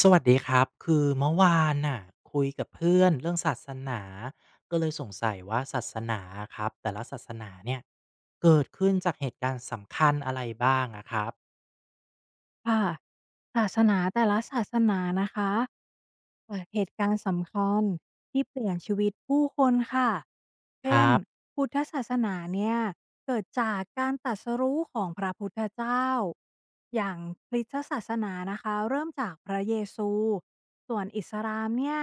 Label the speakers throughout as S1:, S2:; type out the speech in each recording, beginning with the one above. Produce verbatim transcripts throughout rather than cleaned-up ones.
S1: สวัสดีครับคือเมื่อวานน่ะคุยกับเพื่อนเรื่องศาสนาก็เลยสงสัยว่าศาสนาครับแต่ละศาสนาเนี่ยเกิดขึ้นจากเหตุการณ์สำคัญอะไรบ้างอะครับ
S2: ค่ะศาสนาแต่ละศาสนานะคะ อ่าเหตุการณ์สำคัญที่เปลี่ยนชีวิตผู้คนค่ะ
S1: ค
S2: เช่น
S1: รับ
S2: พุทธศาสนาเนี่ยเกิดจากการตรัสรู้ของพระพุทธเจ้า อย่างคริสตศาสนานะคะเริ่มจากพระเยซู ส่วนอิสลามเนี่ย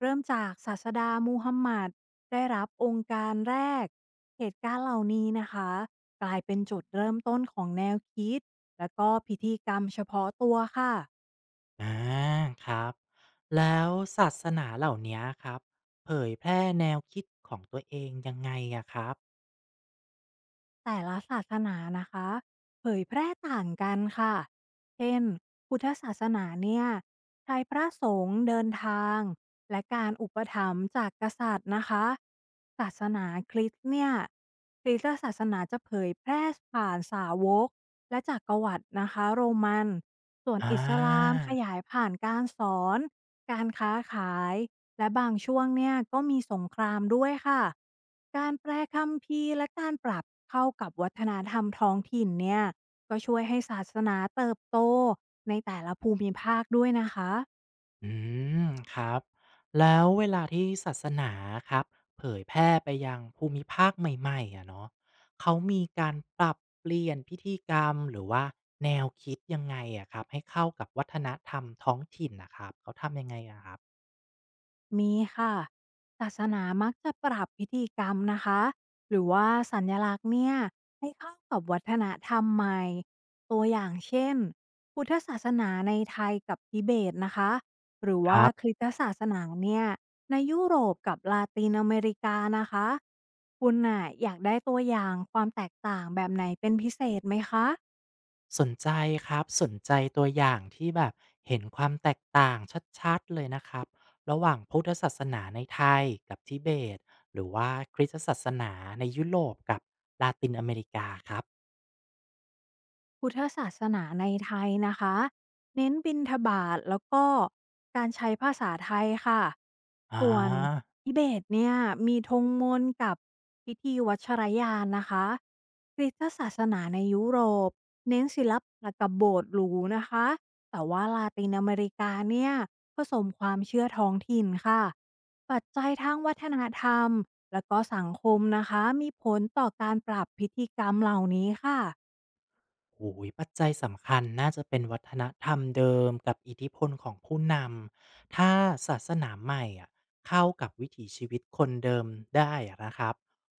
S2: เริ่มจากศาสดามูฮัมหมัดได้รับองค์การแรกเหตุการณ์เหล่านี้นะคะกลายเป็นจุดเริ่มต้นของแนวคิดและก็พิธีกรรมเฉพาะตัวค่ะ
S1: อ่าครับแล้วศาสนาเหล่านี้ครับเผยแพร่แนวคิดของตัวเองยังไงอะครับ
S2: แต่ละศาสนานะคะเผยแพร่ต่างกันค่ะเช่นพุทธศาสนาเนี่ยใช้พระสงฆ์เดินทางและการอุปถัมภ์จากกษัตริย์นะคะศาสนาคริสต์เนี่ยคริสตศาสนาจะเผยแพร่ผ่านสาวกและจักกรวรรดินะคะโรมันส่วน
S1: อ่
S2: อิสลามข
S1: า
S2: ยายผ่านการสอนการค้าขาย และบางช่วงเนี่ยก็มีสงครามด้วยค่ะ การแปลคัมภีร์และการปรับเข้ากับวัฒนธรรมท้องถิ่นเนี่ยก็ช่วยให้ศาสนาเติบโตในแต่ละภูมิภาคด้วยนะคะ
S1: อืมครับแล้วเวลาที่ศาสนาครับเผยแพร่ไปยังภูมิภาคใหม่ๆอะเนาะเขามีการปรับเปลี่ยนพิธีกรรมหรือว่าแนวคิดยังไงอะครับให้เข้ากับวัฒนธรรมท้องถิ่นนะครับเขาทำยังไงอะครับ
S2: มีค่ะศาสนามักจะปรับพิธีกรรมนะคะหรือว่าสัญลักษณ์เนี่ยให้เข้ากับวัฒนธรรมใหม่ตัวอย่างเช่นพุทธศาสนาในไทยกับทิเบตนะคะหรือ
S1: ค
S2: ว่า
S1: รั
S2: ค
S1: บ
S2: ริสตศาสนาเนี่ยในยุโรปกับลาตินอเมริกานะคะคุณน่ะอยากได้ตัวอย่างความแตกต่างแบบไหนเป็นพิเศษไหมคะ
S1: สนใจครับสนใจตัวอย่างที่แบบเห็นความแตกต่างชัดๆเลยนะครับระหว่างพุทธศาสนาในไทยกับทิเบตหรือว่าคริสตศาสนาในยุโรปกับลาตินอเมริกาครับ
S2: พุทธศาสนาในไทยนะคะเน้นบิณฑบาตแล้วก็การใช้ภาษาไทยค่ะ
S1: อา
S2: ส่วนทิเบตเนี่ยมีธงมนต์กับพิธีวัชรยานนะคะคริสตศาสนาในยุโรปเน้นศิลปะกับโบสถ์หรูนะคะแต่ว่าลาตินอเมริกาเนี่ยผสมความเชื่อท้องถิ่นค่ะปัจจัยทางวัฒนธรรมและก็สังคมนะคะมีผลต่อการปรับพิธีกรรมเหล่านี้ค่ะ
S1: โอ้โปัจจัยสำคัญน่าจะเป็นวัฒนธรรมเดิมกับอิทธิพลของผู้นำ ถ้าศาสนาใหม่อะเข้ากับวิถีชีวิตคนเดิมได้อะนะครับ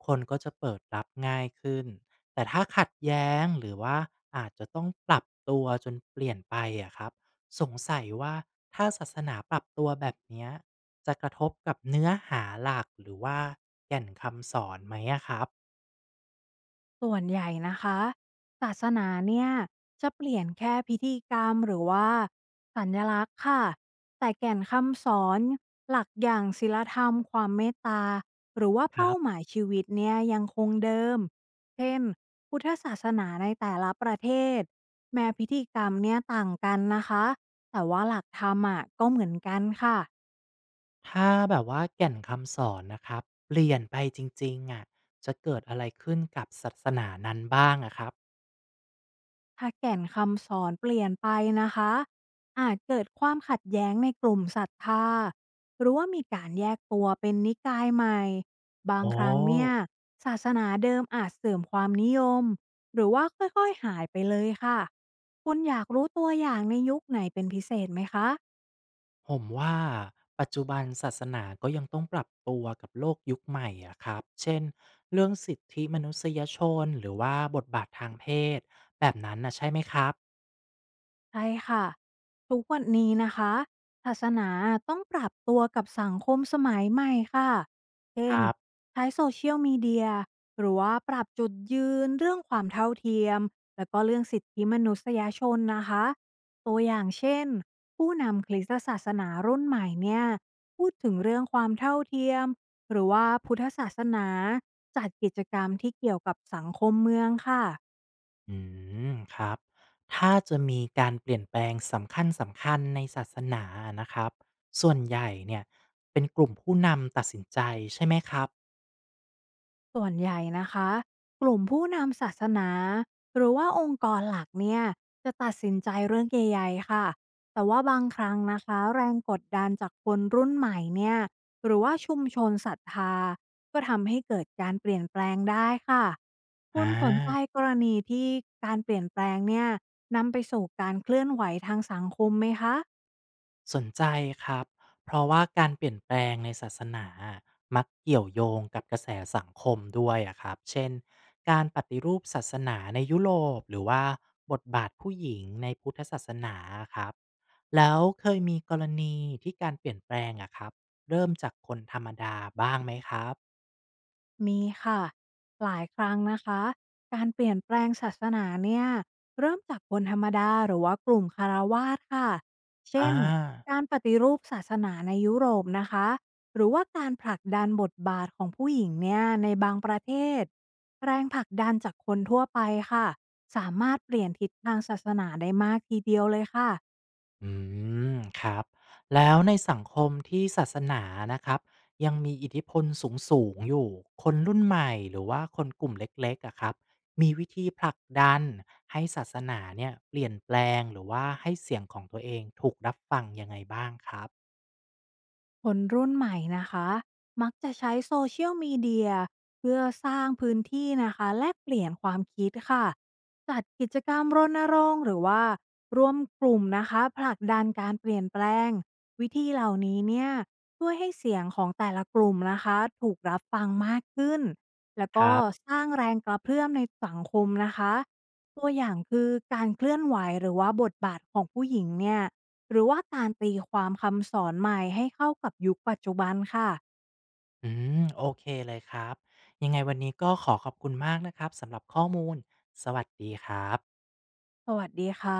S1: คนก็จะเปิดรับง่ายขึ้น แต่ถ้าขัดแย้งหรือว่าอาจจะต้องปรับตัวจนเปลี่ยนไปอะครับสงสัยว่าถ้าศาสนาปรับตัวแบบเนี้ยจะกระทบกับเนื้อหาหลักหรือว่าแก่นคำสอนไหมอะครับ
S2: ส่วนใหญ่นะคะศาสนาเนี่ยจะเปลี่ยนแค่พิธีกรรมหรือว่าสัญลักษณ์ค่ะแต่แก่นคำสอนหลักอย่างศีลธรรมความเมตตาหรือว่า
S1: ครั
S2: เป้าหมา
S1: บ
S2: ยชีวิตเนี่ยยังคงเดิมเช่นพุทธศาสนาในแต่ละประเทศแม้พิธีกรรมเนี่ยต่างกันนะคะแต่ว่าหลักธรรมอะก็เหมือนกันค่ะ
S1: ถ้าแบบว่าแก่นคำสอนนะครับเปลี่ยนไปจริงๆอะจะเกิดอะไรขึ้นกับศาสนานั้นบ้างอะครับ
S2: ถ้าแก่นคำสอนเปลี่ยนไปนะคะอาจเกิดความขัดแย้งในกลุ่มศรัทธาหรือว่ามีการแยกตัวเป็นนิกายใหม่บา
S1: โอ
S2: งครั้งเนี่ย
S1: ้
S2: ศาสนาเดิมอาจเสื่อมความนิยมหรือว่าค่อยๆหายไปเลยค่ะคุณอยากรู้ตัวอย่างในยุคไหนเป็นพิเศษไหมคะ
S1: ผมว่าปัจจุบันศาสนาก็ยังต้องปรับตัวกับโลกยุคใหม่อะครับเช่นเรื่องสิทธิมนุษยชนหรือว่าบทบาททางเพศแบบนั้นน่ะใช่ไหมครับ
S2: ใช่ค่ะ ทุกวันนี้นะคะศาสนาต้องปรับตัวกับสังคมสมัยใหม่ค่ะ เช่
S1: ค
S2: น
S1: รับ
S2: ใช้โซเชียลมีเดียหรือว่าปรับจุดยืนเรื่องความเท่าเทียมแล้วก็เรื่องสิทธิมนุษยชนนะคะตัวอย่างเช่นผู้นำคริสตศาสนารุ่นใหม่เนี่ยพูดถึงเรื่องความเท่าเทียมหรือว่าพุทธศาสนาจัดกิจกรรมที่เกี่ยวกับสังคมเมืองค่ะ
S1: อืมครับถ้าจะมีการเปลี่ยนแปลงสำคัญสำคัญในศาสนาอะนะครับส่วนใหญ่เนี่ยเป็นกลุ่มผู้นำตัดสินใจใช่ไหมครับ
S2: ส่วนใหญ่นะคะกลุ่มผู้นำศาสนาหรือว่าองค์กรหลักเนี่ยจะตัดสินใจเรื่องใหญ่ๆค่ะแต่ว่าบางครั้งนะคะแรงกดดันจากคนรุ่นใหม่เนี่ยหรือว่าชุมชนศรัทธาก็ทำให้เกิดการเปลี่ยนแปลงได้ค่ะ
S1: อ่
S2: คุณสนใจ
S1: า
S2: กรณีที่การเปลี่ยนแปลงเนี่ยนำไปสู่การเคลื่อนไหวทางสังคมไหมคะ
S1: สนใจครับ เพราะว่าการเปลี่ยนแปลงในศาสนาอะมักเกี่ยวโยงกับกระแสสังคมด้วยอะครับ เช่นการปฏิรูปศาสนาในยุโรปหรือว่าบทบาทผู้หญิงในพุทธศาสนาอะครับ แล้วเคยมีกรณีที่การเปลี่ยนแปลงอะครับเริ่มจากคนธรรมดาบ้างไหมครับ
S2: มีค่ะหลายครั้งนะคะการเปลี่ยนแปลงศาสนาเนี่ยเริ่มจากคนธรรมดาหรือว่ากลุ่มคฤหาสถ์ค่ะเช่
S1: อ่า
S2: นการปฏิรูปศาสนาในยุโรปนะคะหรือว่าการผลักดันบทบาทของผู้หญิงเนี่ยในบางประเทศแรงผลักดันจากคนทั่วไปค่ะสามารถเปลี่ยนทิศทางศาสนาได้มากทีเดียวเลยค่ะ
S1: อืมครับแล้วในสังคมที่ศาสนานะครับยังมีอิทธิพลสูงสูงอยู่คนรุ่นใหม่หรือว่าคนกลุ่มเล็กๆอะครับมีวิธีผลักดันให้ศาสนาเนี่ยเปลี่ยนแปลงหรือว่าให้เสียงของตัวเองถูกรับฟังยังไงบ้างครับ
S2: คนรุ่นใหม่นะคะมักจะใช้โซเชียลมีเดียเพื่อสร้างพื้นที่นะคะแลกเปลี่ยนความคิดค่ะจัดกิจกรรมรณรงค์หรือว่าร่วมกลุ่มนะคะผลักดันการเปลี่ยนแปลงวิธีเหล่านี้เนี่ยช่วยให้เสียงของแต่ละกลุ่มนะคะถูกรับฟังมากขึ้นแล้ว
S1: ค
S2: ก็
S1: รับ
S2: สร้างแรงกระเพื่อมในสังคมนะคะตัวอย่างคือการเคลื่อนไหวหรือว่าบทบาทของผู้หญิงเนี่ย หรือว่าการตีความคำสอนใหม่ให้เข้ากับยุคปัจจุบันค่ะ
S1: อืมโอเคเลยครับยังไงวันนี้ก็ขอขอบคุณมากนะครับสำหรับข้อมูลสวัสดีครับ
S2: สวัสดีค่ะ